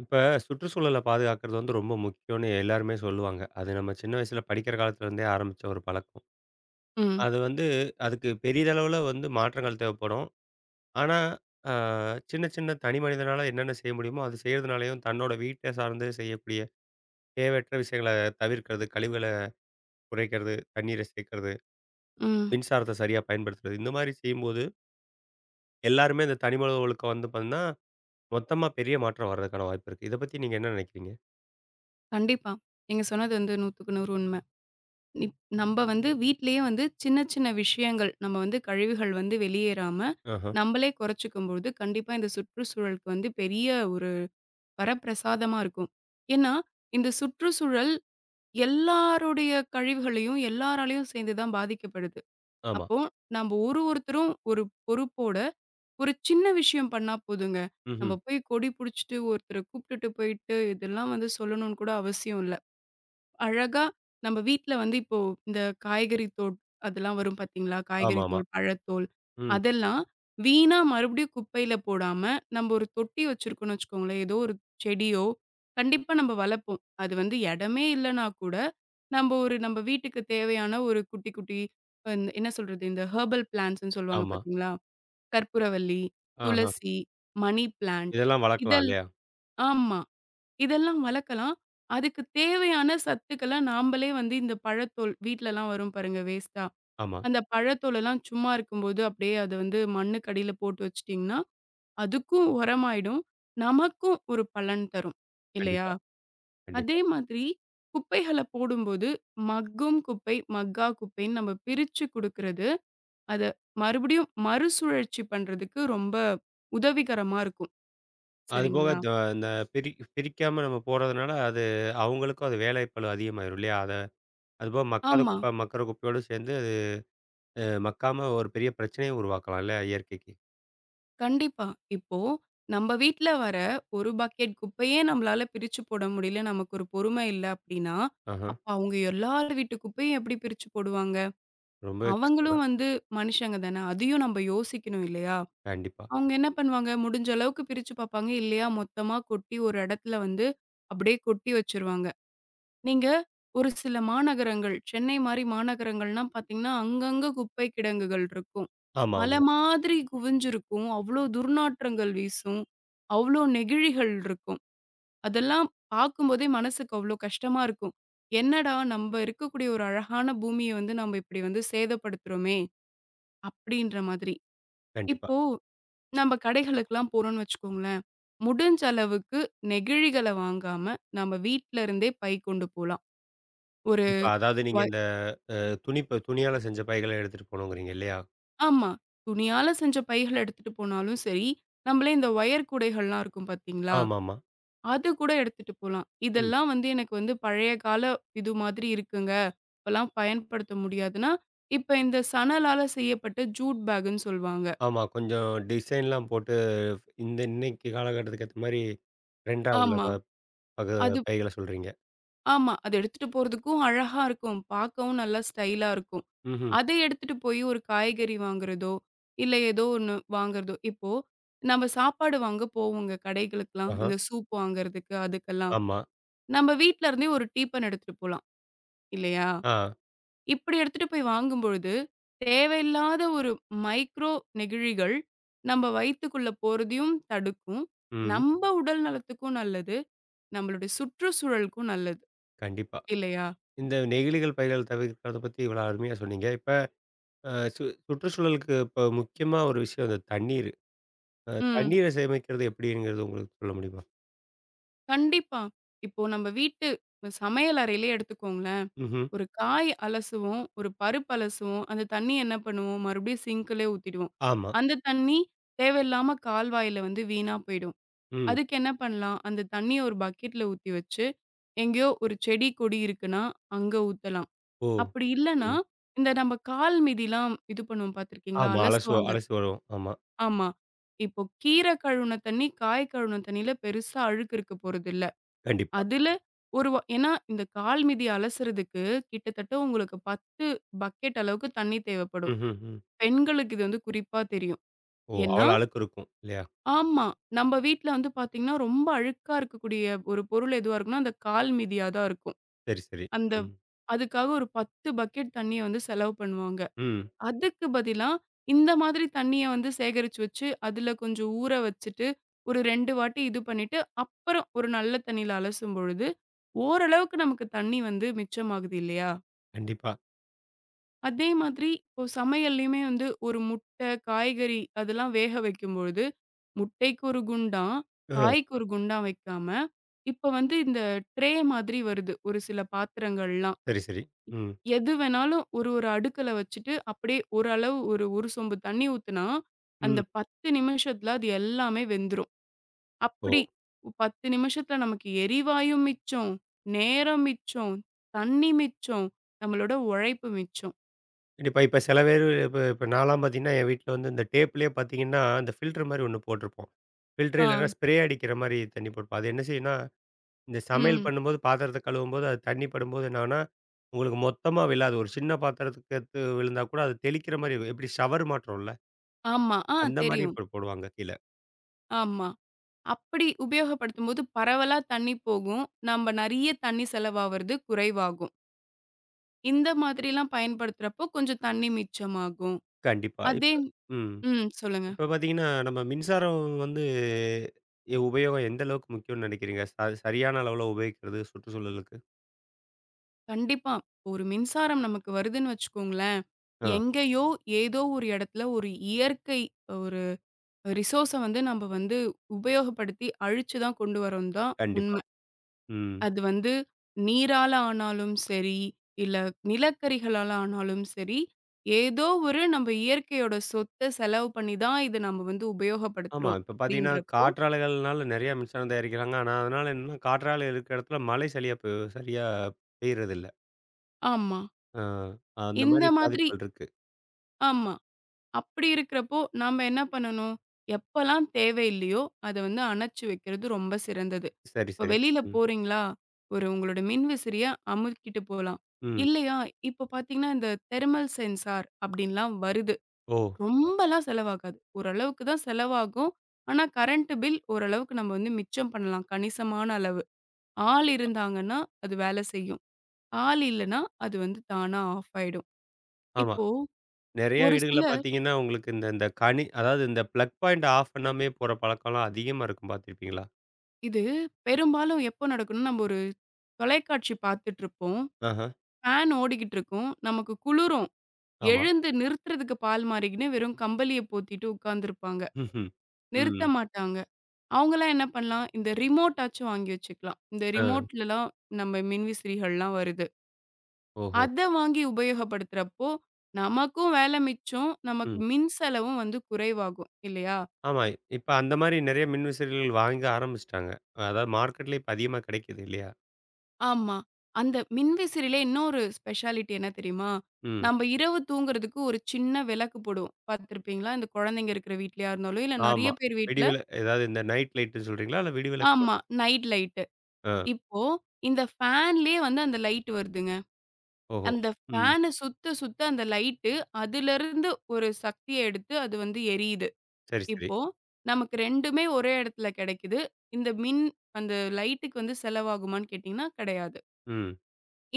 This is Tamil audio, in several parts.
இப்ப சுற்றுச்சூழல பாதுகாக்கிறது வந்து ரொம்ப முக்கியம்னு எல்லாருமே சொல்லுவாங்க. அது நம்ம சின்ன வயசுல படிக்கிற காலத்துல இருந்தே ஆரம்பிச்ச ஒரு பழக்கம். ம், அது வந்து அதுக்கு பெரியதளவுல வந்து மாற்றங்கள் தேவைப்படும். ஆனா, அ சின்ன சின்ன தனி மனிதனால என்னென்ன செய்ய முடியுமோ, அது செய்றதுனாலயும் தன்னோட வீட்ட சார்ந்து செய்யக்கூடிய தேவையற்ற விஷயங்கள தவிர்க்கிறது, கழிவுகள குறைக்கிறது, தண்ணீர சேர்க்கிறது, ம். மின்சாரத்த சரியா பயன்படுத்துறது. இந்த மாரி செய்யும்போது எல்லாருமே இந்த தனி மனித ஒழுக்கம் வந்து பார்த்தீங்கன்னா, மொத்தமா பெரிய மாற்றம் வர்றதுக்கான வாய்ப்பு இருக்கு. இத பத்தி நீங்க என்ன நினைக்கிறீங்க? கண்டிப்பா. நீங்க சொன்னது வந்து 100க்கு 100 உண்ம. நம்ப வந்து வீட்லயே வந்து சின்ன, சின்ன விஷயங்கள் நம்ம வந்து கழிவுகள் வந்து வெளியேறாம, ஆஹ. நம்பளே குறைச்சுக்கும்பொழுது, கண்டிப்பா இந்த சுற்றுச்சூழலுக்கு வந்து பெரிய ஒரு வரப்பிரசாதமா இருக்கும். ஏன்னா, இந்த சுற்றுச்சூழல் எல்லாருடைய கழிவுகளையும் எல்லாராலயும் சேர்ந்து தான் பாதிக்கப்படுது. ஆமா. அப்போ நம்ப ஒரு ஒருத்தரும் ஒரு பொறுப்போட, ஒரு சின்ன விஷயம் பண்ணா போதுங்க. ம்ஹ்ம். நம்ப போய் கொடி புடிச்சுட்டு, ஒருத்தர கூப்ட்டுட்டு போயிட்டு, இதெல்லாம் வந்து சொல்லணும்னு கூட அவசியம் இல்ல. அழகா நம்ம வீட்ல வந்து இப்போ இந்த காய்கறி தோல் அதெல்லாம் வரும் பார்த்தீங்களா? காய்கறி ஆமாமா. தோல், பழத்தோல் ம். ஆமாம் ஆமாம் அதெல்லாம் வீணா மறுபடியும் குப்பையில போடாம, நம்ம ஒரு தொட்டி வச்சிருக்கோம்ன்னு வச்சுக்கோங்களேன். ஏதோ ஒரு செடியோ, கண்டிப்பா நம்ம வளர்ப்போம். அது வந்து இடமே இல்லன்னா கூட, நம்ம வீட்டுக்கு தேவையான ஒரு குட்டி குட்டி என்ன சொல்றது? இந்த ஹெர்பல் பிளான்ட்ஸ்ன்னு சொல்லுவாங்க ஆமா. பார்த்தீங்களா? கற்பூரவள்ளி, ஆஹா. துளசி, மணி பிளான்ட் இதெல்லாம் வளர்க்கலாம் இதழ் இல்லையா? ஆமா. இதெல்லாம் வளர்க்கலாம். அதுக்கு தேவையான சத்துக்கள நாமளே வந்து இந்த பழத்தோல் வீட்லலாம் வரும் பாருங்க வேஸ்ட்டா. ஆமா. அந்த பழத்தோலெல்லாம் சும்மா இருக்கும்போது அப்படியே அத வந்து மண்ணுக்கு அடியில போட்டு வச்சுட்டீங்கன்னா, அதுக்கும் உரமாயிடும். நமக்கும் ஒரு பலன் தரும். இல்லையா? கண்டிப்பா, அதே கண்டிப்பா. மாதிரி குப்பைகள போடும்போது மக்கும் குப்பை, மக்கா குப்பைன்னு நம்ம பிரிச்சு குடுக்குறது, அத மறுபடியும் மறுசுழற்சி பண்றதுக்கு ரொம்ப உதவிகரமா இருக்கும். அதுபோக சரிங்களா? இந்த பிரி பிரிக்காம நம்ம போடுறதுனால, அது அவங்களுக்கும் அது வேலைப்பளு அதிகமாயிரும் இல்லையா? அதுபோக மக்காத ஆமா. குப்பை, மக்குற குப்பையோடு சேர்ந்து மக்காம ஒரு பெரிய பிரச்சனையும் உருவாக்கலாம் இல்லையா இயற்கைக்கு? கண்டிப்பா. இப்போ நம்ம வீட்ல வர 1 பக்கெட் குப்பையே நம்மளால பிரிச்சு போட முடியல, நமக்கு ஒரு பொறுமை இல்ல அப்டின்னா, ஆஹா. அப்ப அவங்க எல்லார் வீட்டு குப்பையும் எப்படி பிரிச்சு போடுவாங்க? ரொம்பவே கஷ்டம் அவங்களும் தான். வந்து மனுஷங்க தானே! அதையும் நம்ம யோசிக்கணும் இல்லையா? கண்டிப்பா. அவங்க என்ன பண்ணுவாங்க, முடிஞ்ச அளவுக்கு பிரிச்சு பாப்பாங்க, இல்லையா மொத்தமா கொட்டி ஒரு இடத்துல வந்து அப்படியே கொட்டி வச்சுருவாங்க. நீங்க ஒரு சில மாநகரங்கள், சென்னை மாரி மாநகரங்கள்லாம் பார்த்தீங்கன்னா, அங்கங்க குப்பை கிடங்குகள் இருக்கும். ஆமா, மலை ஆமா. மாதிரி குவிஞ்சிருக்கும். அவ்ளோ துர்நாற்றங்கள் வீசும். அவ்ளோ நெகிழிகள் இருக்கும். அதெல்லாம் பார்க்கும்போதே மனசுக்கு அவ்ளோ கஷ்டமா இருக்கும். என்னடா! நம்ப இருக்கக்கூடிய ஒரு அழகான பூமிய வந்து நம்ம இப்படி வந்து சேதப்படுத்துறோமே! அப்படின்ற மாதிரி. கண்டிப்பா. இப்போ நம்ம கடைகளுக்கெல்லாம் போறோம்ன்னு வச்சுக்கோங்களேன், முடிஞ்ச அளவுக்கு நெகிழிகள வாங்காம, நம்ம வீட்ல இருந்தே பை கொண்டு போலாம். ஒரு இப்ப அதாவது நீங்க ஒ இந்த துணியால செஞ்ச பைகள எடுத்துட்டு போணுங்கிறீங்க இல்லையா? ஆமா. துணியால செஞ்ச பைகள் எடுத்துட்டு போனாலும் சரி, நம்மளே இந்த ஒயர் கூடைகள்லாம் இருக்கும் பார்த்தீங்களா? ஆமாமா. அது கூட எடுத்துட்டு போலாம். ம். இதெல்லாம் வந்து எனக்கு வந்து பழைய கால இது மாதிரி இருக்குங்க. இப்பலாம் பயன்படுத்த முடியாதுன்னா, இப்ப இந்த சணலால செய்யப்பட்ட ஜூட் பேக்குன்னு சொல்வாங்க. ஆமா. கொஞ்சம் டிசைன்லாம் போட்டு இந்த இன்னைக்கு காலகட்டத்துக்கு ஏத்த மாரி ட்ரெண்டா உள்ள ஆமா. ப வக அது பயிர்கள சொல்றீங்க. ஆமா. அது எடுத்துட்டு போறதுக்கும் அழகா இருக்கும். பார்க்கவும் நல்லா ஸ்டைலா இருக்கும். ம்ஹ்ம். அத எடுத்துட்டு போய் ஒரு காய்கறி வாங்குறதோ, இல்ல ஏதோ ஒண்ணு வாங்குறதோ இப்போ நம்ம சாப்பாடு வாங்க போவோங்க கடைகளுக்கெல்லாம். ஆஹா. இந்த சூப் வாங்குறதுக்கு, அதுக்கெல்லாம். ஆமா. நம்ம வீட்ல இருந்தே ஒரு டீப்பன் எடுத்துட்டு போலாம், இல்லையா? ஆ. இப்படி எடுத்துட்டு போய் வாங்கும்பொழுது, தேவையில்லாத ஒரு மைக்ரோ நெகிழிகள் நம்ம வயித்துக்குள்ள போறதையும் தடுக்கும். ம். நம்ம உடல் நலத்துக்கும் நல்லது. நம்மளுடைய சுற்றுச்சூழலுக்கும் நல்லது, கண்டிப்பா. இல்லையா? இந்த நெகிழிகள் பைகள் தவிர்க்கிறத பத்தி இவ்வளோ அருமையா சொன்னீங்க. இப்ப அ சு சுற்றுச்சூழலுக்கு இப்ப முக்கியமா ஒரு விஷயம் அந்த தண்ணீரு. ம். தண்ணீர சேமிக்கிறது எப்படிங்கிறது உங்களுக்கு சொல்ல முடியுமா? கண்டிப்பா. இப்போ நம்ம வீட்டு சமையல் அறையிலே எடுத்துக்கோங்களேன். ம்ஹ்ம். ஒரு காய் அலசுவோம், ஒரு பருப்பு அலசுவோம், அந்த தண்ணி என்ன பண்ணுவோம், மறுபடியும் சிங்க்லே ஊத்திடுவோம். ஆமா. அந்த தண்ணி தேவையில்லாம கால்வாயில வந்து வீணா போயிடும். ம். அதுக்கு என்ன பண்ணலாம், அந்த தண்ணிய ஒரு பக்கெட்ல ஊத்தி வச்சு, எங்கேயோ ஒரு செடி, கொடி இருக்குன்னா, அங்க ஊத்தலாம். ஓ! அப்படி இல்லன்னா, ம். இந்த நம்ம கால் மிதிலாம் இது பண்ணுவோம் பார்த்துருக்கீங்களா? ஆமா. அலசுவாங்க. அலசி வரும். ஆமா. ஆமா. இப்போ கீரை கழுவுன தண்ணி, காய் கழுவுன தண்ணியில பெருசா அழுக்கு இருக்க போறதில்ல. கண்டிப்பா. அதுல ஒரு வ ஏன்னா இந்த கால் மிதி அலசுறதுக்கு கிட்டத்தட்ட உங்களுக்கு 10 பக்கெட் அளவுக்கு தண்ணி தேவைப்படும். ம்ஹ்ம். ம். பெண்களுக்கு இது வந்து குறிப்பா தெரியும். ஓ! ஏன்னா அவ்வளோ அழுக்கு இருக்கும். இல்லையா? ஆமா. நம்ம வீட்ல வந்து பார்த்தீங்கன்னா, ரொம்ப அழுக்கா இருக்கக்கூடிய ஒரு பொருள் எதுவா இருக்கும்னா, அந்த கால் மிதியா தான் இருக்கும். சரி, சரி. அந்த ம். அதுக்காக ஒரு 10 பக்கெட் தண்ணிய வந்து செலவு பண்ணுவாங்க. ம். அதுக்கு பதிலா, இந்த மாதிரி தண்ணீய வந்து சேகரிச்சு வச்சு, அதுல கொஞ்சம் ஊற வச்சுட்டு, ஒரு 2 வாட்டி இது பண்ணிட்டு, அப்புறம் ஒரு நல்ல தண்ணீல அலசும் பொழுது, ஓரளவுக்கு நமக்கு தண்ணீ வந்து மிச்சமாகுது இல்லையா? கண்டிப்பா. அதே மாதிரி இப்போ சமையல்லயுமே வந்து ஒரு முட்டை, காய்கறி அதெல்லாம் வேக வைக்கும்பொழுது, முட்டைக்கு ஒரு குண்டான், அ. காய்க்கு ஒரு குண்டான் வைக்காம, இப்ப வந்து இந்த ட்ரே மாதிரி வருது, ஒரு சில பாத்திரங்கள்லாம். சரி, சரி. ம். எது வேணாலும் ஒரு ஒரு அடுக்குல வச்சுட்டு, அப்படியே ஓரளவு ஒரு ஒரு சொம்பு தண்ணி ஊத்துனா, அந்த ம். 10 நிமிஷத்துல அது எல்லாமே வெந்துரும். ஓ! அப்படி 10 நிமிஷத்துல நமக்கு எரிவாயு மிச்சம், நேரம் மிச்சம், தண்ணி மிச்சம், நம்மளோட உழைப்பு மிச்சம். கண்டிப்பா. இப்ப சில பேரு இப்ப இப்ப நான்லாம் பார்த்தீங்கன்னா, என் வீட்ல வந்து இந்த டேப்லயே பார்த்தீங்கன்னா, இந்த ஃபில்டர் மாரி ஒண்ணு போட்டிருப்போம். ஃபில்டர் ஆ, இல்லன்னா ஸ்ப்ரே அடிக்கிற மாரி தண்ணி போட்டுப்போம். அது என்ன செய்யும்னா, இந்த சமையல் ம். பண்ணும்போது, பாத்திரத்த கழுவும்போது, அது தண்ணி படும்போது என்னாகும்னா, உங்களுக்கு மொத்தமா விழாது. ஒரு சின்ன பாத்திரத்துக்கு எடுத்து விழுந்தா கூட, அது தெளிக்கிற மாரி எப்படி ஷவர் மாட்டுறோம்ல, ஆமா. ஆ அந்த மாரி தெரியும். இப்ப போடுவாங்க கீழ. ஆமா. அப்படி உபயோகப்படுத்தும்போது பரவலா தண்ணி போகும். நம்ப நெறைய தண்ணி செலவாவறது குறைவாகும். இந்த மாதிரிலாம் பயன்படுத்துறப்போ கொஞ்சம் தண்ணி மிச்சமாகும். கண்டிப்பா. இப்ப அதே ம். ம் சொல்லுங்க. இப்ப பார்த்தீங்கன்னா, நம்ம மின்சாரம் வந்து உபயோகம் எந்த அளவுக்கு முக்கியம்னு நெனைக்கிறீங்க? சரியான அளவுல உபயோகிக்கிறது சுற்றுச்சூழலுக்கு? கண்டிப்பா. ஒரு மின்சாரம் நமக்கு வருதுன்னு வச்சுக்கோங்களேன், ஆ. எங்கேயோ, ஏதோ ஒரு இடத்துல ஒரு இயற்கை ஒரு ரிசோர்ஸ வந்து நம்ம வந்து உபயோகப்படுத்தி அழிச்சு தான் கொண்டு வரோம்ன்னு தான் கண்டிப்பா. உண்மை. ம். அது வந்து நீரால ஆனாலும் சரி, இல்ல நிலக்கரிகளால ஆனாலும் சரி, ஏதோ ஒரு நம்ம இயற்கையோட சொத்த செலவு பண்ணி தான் இத நம்ம வந்து ஆமா. உபயோகப்படுத்துறோம் இப்ப பார்த்தீங்கன்னா, அப்படின்றப்போ காற்றாலைகள்னால நெறைய மின்சாரம் தயாரிக்கிறாங்க. ஆனா, அதனால என்னன்னா காற்றாலை இருக்கிற இடத்துல மழை சரியா பெய்றதில்ல. ஆமா. ஆ அந்த இந்த மாரி மாதிரி பாதிப்புகள் இருக்கு. ஆமா. அப்படி இருக்கிறப்போ, நாம என்ன பண்ணணும்? எப்பலாம் தேவையில்லையோ, அத வந்து அணைச்சு வைக்கிறது ரொம்ப சிறந்தது. சரி, இப்ப சரி. வெளியில ம். போறீங்களா? ஒரு உங்களோட மின்விசிறிய அமுக்கிட்டு போலாம். ம். இல்லையா, இப்ப பார்த்தீங்கன்னா, இந்த தெர்மல் சென்சார் அப்படின்லாம் வருது. ஓ! ரொம்பலாம் செலவாகாது. ஓரளவுக்கு தான் செலவாகும். ஆனா, கரண்ட் பில் ஓரளவுக்கு நம்ம வந்து மிச்சம் பண்ணலாம். கணிசமான அளவு. ஆள் கண்டிப்பா. இருந்தாங்கன்னா, அது வேலை செய்யும். ஆள் இல்லன்னா, அது வந்து தானா ஆஃப் ஆயிடும். ஆமா. இப்போ நெறைய ஒரு வீடுகள்ல சில பார்த்தீங்கன்னா, உங்களுக்கு இந்த இந்த கனி அதாவது இந்த பிளக் பாயிண்ட் ஆஃப் பண்ணாமயே போற பழக்கம்லாம் அதிகமா இருக்கும் பார்த்துருப்பீங்களா? இது பெரும்பாலும் எப்போ நடக்கும்னா, நம்ம ஒரு தொலைக்காட்சி பார்த்துட்டுருப்போம். ஆஹா. ஃபேன் ஓடிக்கிட்டுருக்கும். நமக்கு குளுரும். ஆமா. எழுந்து நிறுத்துறதுக்கு பால் மாரிக்கின்னு வெறும் கம்பளிய போத்திட்டு உட்காந்துருப்பாங்க. ம்ஹ்ம். நிறுத்த ம். மாட்டாங்க. அவங்கலாம் என்ன பண்ணலாம், இந்த ரிமோட்டாச்சும் வாங்கி வச்சுக்கலாம். இந்த ஆ. ரிமோட்லலாம் நம்ம மின்விசிறிகள்லாம் வருது. ஓஹோ! அத வாங்கி உபயோகப்படுத்துறப்போ, நமக்கும் வேல மிச்சம். நமக்கு ம். மின் செலவும் வந்து குறைவாகும். இல்லையா? ஆமா. இப்ப அந்த மாரி நெறைய மின்விசிறிகள் வாங்க ஆரம்பிச்சுட்டாங்க. அதாவது மார்க்கெட்ல இப்ப அதிகமா கிடைக்குது இல்லையா? ஆமா. அந்த மின்விசிறில இன்னொரு ஸ்பெஷாலிட்டி என்ன தெரியுமா? ம். நம்ப இரவு தூங்குறதுக்கு ஒரு சின்ன விளக்கு போடுவோம். பார்த்துருப்பீங்களா? இந்த குழந்தைங்க இருக்கிற வீட்லயா இருந்தாலும், இல்ல நெறைய ஆமா. பேர் வீட்ல ஏதாவது இந்த நைட் லைட்ன்னு சொல்றீங்களா? இல்ல விடிவிளக்கு ஆமா. Night light. ஆ. இப்போ இந்த ஃபேன்லயே வந்து அந்த லைட் வருதுங்க. ஓஹோ! அந்த ம். ஃபேன சுத்த, சுத்த அந்த லைட்டு அதுலருந்து ஒரு சக்திய எடுத்து அது வந்து எரியுது. சரி, சரி. இப்போ நமக்கு 2மே ஒரே இடத்துல கெடைக்குது. இந்த மின் அந்த லைட்டுக்கு வந்து செலவாகுமான்னு கேட்டீங்கன்னா, கிடையாது. ம்.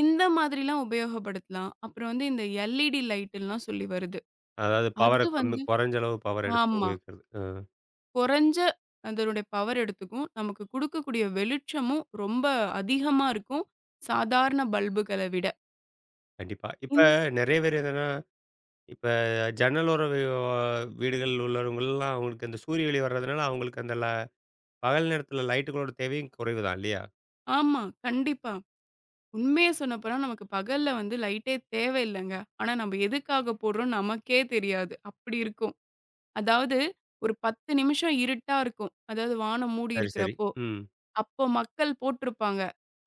இந்த மாதிரிலாம் உபயோகப்படுத்தலாம். அப்புறம் வந்து இந்த எல்இடி லைட்டுல்லாம் சொல்லி வருது. அதாவது பவர அது கம்மி வந்து குறைஞ்ச அளவு பவர் எடுத்து ஆமா. உபயோகிக்கிறது. ஆ குறைஞ்ச அதனுடைய பவர் எடுத்துக்கும். நமக்கு குடுக்கக்கூடிய வெளிச்சமும் ரொம்ப அதிகமா இருக்கும். சாதாரண பல்புகள விட. கண்டிப்பா. இப்ப இந் நெறைய பேர் என்னன்னா, இப்ப ஜன்னலோர வீடுகள் உள்ளவங்கலாம் அவங்களுக்கு அந்த சூரிய ஒளி வர்றதுனால, அவங்களுக்கு அந்த ல பகல் நேரத்தில லைட்டுகளோட தேவையும் குறைவு தான் இல்லையா? ஆமா. கண்டிப்பா. உண்மைய சொல்லப்போனா நமக்கு பகல்ல வந்து லைட்டே தேவையில்லங்க. ஆனா நம்ம எதுக்காக போடுறோம்னு நமக்கே தெரியாது. அப்படி இருக்கும். அதாவது ஒரு 10 நிமிஷம் இருட்டா இருக்கும். அதாவது வானம் மூடி சரி, சரி. இருக்கிறப்போ. ம். அப்போ மக்கள் போட்டிருப்பாங்க.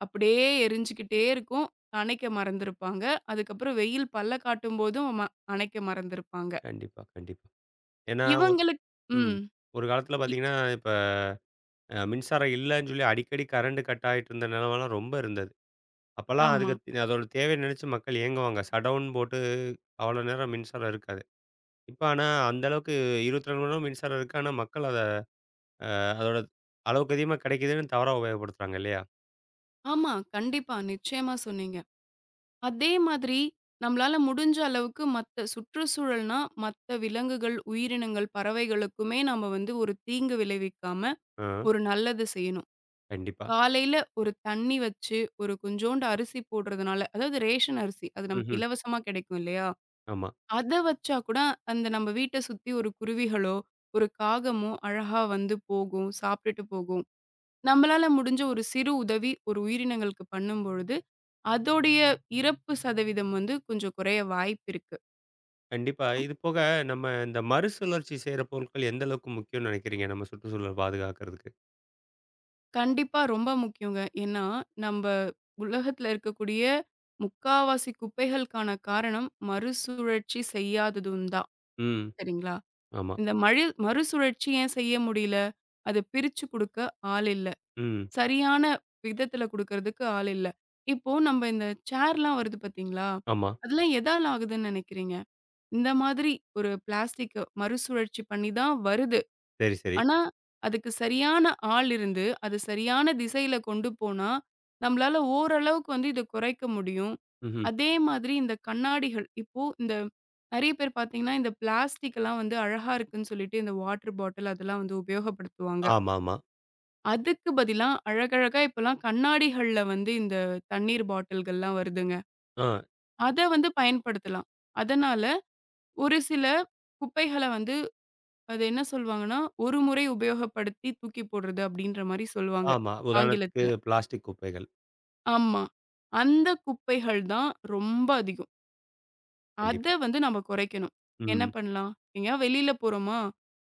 அப்படியே எரிஞ்சுகிட்டே இருக்கும். அணைக்க மறந்திருப்பாங்க. அதுக்கப்புறம் வெயில் பல்ல காட்டும்போதும் அணைக்க மறந்திருப்பாங்க. கண்டிப்பா, கண்டிப்பா. ஏன்னா ஒரு இவங்களுக் ம். ம். ஒரு காலத்தில இ பார்த்தீங்கன்னா, இப்ப மின்சாரம் இல்லன்னு சொல்லி அடிக்கடி கரண்ட் கட் ஆயிட்டு இருந்த நிலமலாம் ரொம்ப இருந்தது. அப்பல்லாம் ஆமா. அதோட தேவைய நினைச்சு மக்கள் ஏங்குவாங்க. ஷடவுன் போட்டு அவ்வளோ நேரம் மின்சாரம் இருக்காது. இப்ப ஆனா அந்த அளவுக்கு 24 மணி நேரம் மின்சாரம் இருக்கு. ஆனா மக்கள் அதோட அளவுக்கு அதிகமா கிடைக்குதுன்னு தவறா உபயோகப்படுத்துறாங்க இல்லையா? ஆமா. கண்டிப்பா. நிச்சயமா சொன்னீங்க. அதே மாதிரி நம்மளால முடிஞ்ச அளவுக்கு மத்த சுற்றுச்சூழல்னா, மத்த விலங்குகள், உயிரினங்கள், பறவைகளுக்குமே நம்ம வந்து ஒரு தீங்கு விளைவிக்காம, ஆ ஒரு நல்லது செய்யணும். கண்டிப்பா. காலையில ஒரு தண்ணி வச்சு, ஒரு கொஞ்சோண்டு அரிசி போடுறதுனால அதாவது ரேஷன் அரிசி. அது நமக்கு ம்ஹ்ம். இலவசமா கிடைக்கும் இல்லையா? ஆமா. அத வச்சா கூட, அந்த நம்ம வீட்ட சுத்தி ஒரு குருவிகளோ, ஒரு காகமோ அழகா வந்து போகும், சாப்பிட்டுட்டு போகும். நம்மளால முடிஞ்ச ஒரு சிறு உதவி ஒரு உயிரினங்களுக்கு பண்ணும்பொழுது, அதோடைய இறப்பு சதவீதம் வந்து கொஞ்சம் குறைய வாய்ப்பிருக்கு. கண்டிப்பா. இது போக நம்ம இந்த மறுசுழற்சி செய்ற பொருட்கள் எந்த அளவுக்கு முக்கியம்னு நினைக்கிறீங்க? நம்ம சுற்றுச்சூழல பாதுகாக்கிறதுக்கு? கண்டிப்பா ரொம்ப முக்கியங்க. ஏன்னா, நம்ப உலகத்துல இருக்கக்கூடிய முக்காவாசி குப்பைகளுக்கான காரணம் மறுசுழற்சி செய்யாததும் தான். ம். சரிங்களா? ஆமா. இந்த மழு மறுசுழற்சி ஏன் செய்ய முடியல? அத பிரிச்சு குடுக்க ஆள் இல்ல. ம். சரியான விதத்துல குடுக்கறதுக்கு ஆள் இல்ல. இப்போ நம்ப இந்த சேர்லாம் வருது பார்த்தீங்களா? ஆமா. அதெல்லாம் எதால ஆகுதுன்னு நெனைக்கிறீங்க? இந்த மாதிரி ஒரு பிளாஸ்டிக்க மறுசுழற்சி பண்ணி தான் வருது. சரி, சரி. ஆனா, அதுக்கு சரியான ஆள் இருந்து, அது சரியான திசையில கொண்டு போனா, நம்மளால ஓரளவுக்கு வந்து இத குறைக்க முடியும். ம்ஹ்ம். அதே மாதிரி இந்த கண்ணாடிகள், இப்போ இந்த நெறைய பேர் பார்த்தீங்கன்னா, இந்த பிளாஸ்டிக்லாம் வந்து அழகா இருக்குன்னு சொல்லிட்டு இந்த வாட்டர் பாட்டில் அதெல்லாம் வந்து உபயோகப்படுத்துவாங்க. ஆமாமா. அதுக்கு பதிலா அழகழகா இப்பலாம் கண்ணாடிகள்ல வந்து இந்த தண்ணீர் பாட்டில்கள்லாம் வருதுங்க. ஆ. அத வந்து பயன்படுத்தலாம். அதனால ஒரு சில குப்பைகள வந்து அது என்ன சொல்வாங்கன்னா, "ஒரு முறை உபயோகப்படுத்தி தூக்கி போடுறது" அப்படின்ற மாரி சொல்லுவாங்க ஆமா. உதாரணத்துக்கு ஆங்கிலத்துல. பிளாஸ்டிக் குப்பைகள். ஆமா. அந்த குப்பைகள் தான் ரொம்ப அதிகம். அத கண்டிப்பா. வந்து நம்ம குறைக்கணும். என்ன ம். பண்ணலாம்? எங்கேயாவது வெளியில போறோமா,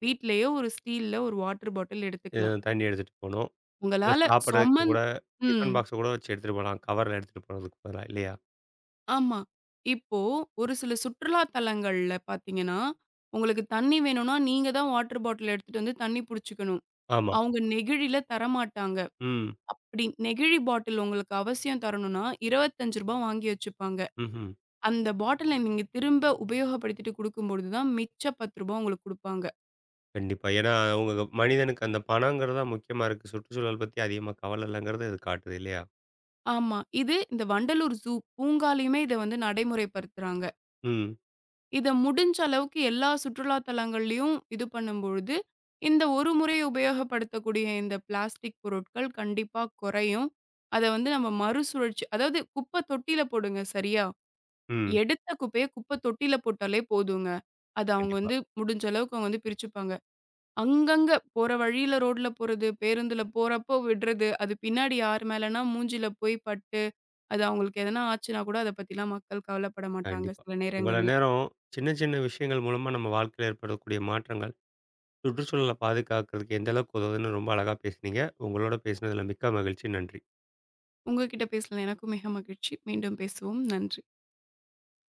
வீட்லயே ஒரு ஸ்டீல்ல ஒரு வாட்டர் பாட்டில் அ எடுத்துக்கலாம். தண்ணி எடுத்துட்டு போணும். இல்ல உங்களால சாப்பிடறதுக்கு சொமந் கூட ம். டிஃபன் பாக்ஸ கூட வச்சு எடுத்துட்டு போலாம். கவர்ல எடுத்துட்டு போறதுக்கு பதிலா இல்லையா? ஆமா. இப்போ ஒரு சில சுற்றுலா தலங்கள்ல பார்த்தீங்கன்னா, உங்களுக்கு தண்ணி வேணும்னா, நீங்க தான் வாட்டர் பாட்டில் எடுத்துட்டு வந்து தண்ணி புடிச்சுக்கணும். ஆமா. அவங்க நெகிழில தரமாட்டாங்க. ம். அப்படி நெகிழி பாட்டில் உங்களுக்கு அவசியம் தரணும்னா, ரூ. 25 வாங்கி வச்சுப்பாங்க. ம்ஹ்ம். அந்த பாட்டில நீங்க திரும்ப உபயோகப்படுத்திட்டு குடுக்கும்பொழுது தான் மிச்ச ரூ. 10 உங்களுக்கு குடுப்பாங்க. கண்டிப்பா. ஏன்னா அவங்க மனிதனுக்கு அந்த பணங்கிறது தான் முக்கியமா இருக்கு. சுற்றுச்சூழல் பத்தி அதிகமா கவல இல்லங்கிறது இது காட்டுது இல்லையா? ஆமா. இது இந்த வண்டலூர் பூங்காலயுமே இத வந்து நடைமுறைப்படுத்துறாங்க. ம். இத முடிஞ்ச அளவுக்கு எல்லா சுற்றுலா தலங்கள்லயும் இது பண்ணும்பொழுது, இந்த ஒரு முறை உபயோகப்படுத்தக்கூடிய இந்த பிளாஸ்டிக் பொருட்கள் கண்டிப்பா குறையும். அத வந்து நம்ம மறுசுழற்சி அதாவது குப்ப தொட்டியில போடுங்க சரியா? ம். எடுத்த குப்பைய குப்ப தொட்டியில போட்டாலே போதுங்க. அது அவங்க கண்டிப்பா, வந்து முடிஞ்ச அளவுக்கு அவங்க வந்து பிரிச்சுப்பாங்க. அங்கங்க போற வழியில ரோட்ல போறது, பேருந்துல போறப்போ விடுறது, அது பின்னாடி யார் மேலனா மூஞ்சில போய் பட்டு, அது அவங்களுக்கு எதனா ஆச்சுன்னா கூட அத பத்திலாம் மக்கள் கவலைப்பட மாட்டாங்க கண்டிப்பா. சில இவ்வளோ நேரங்கள்ல. நேரம் சின்ன சின்ன விஷயங்கள் மூலமா நம்ம வாழ்க்கையில ஏற்படக்கூடிய மாற்றங்கள், சுற்றுச்சூழல பாதுகாக்கிறதுக்கு எந்த அளவுக்கு உதவுதுன்னு ரொம்ப அழகா பேசுனீங்க. உங்களோட பேசினதுல மிக்க மகிழ்ச்சி. நன்றி. உங்க கிட்ட பேசல எனக்கும் மிக மகிழ்ச்சி. மீண்டும் பேசுவோம். நன்றி.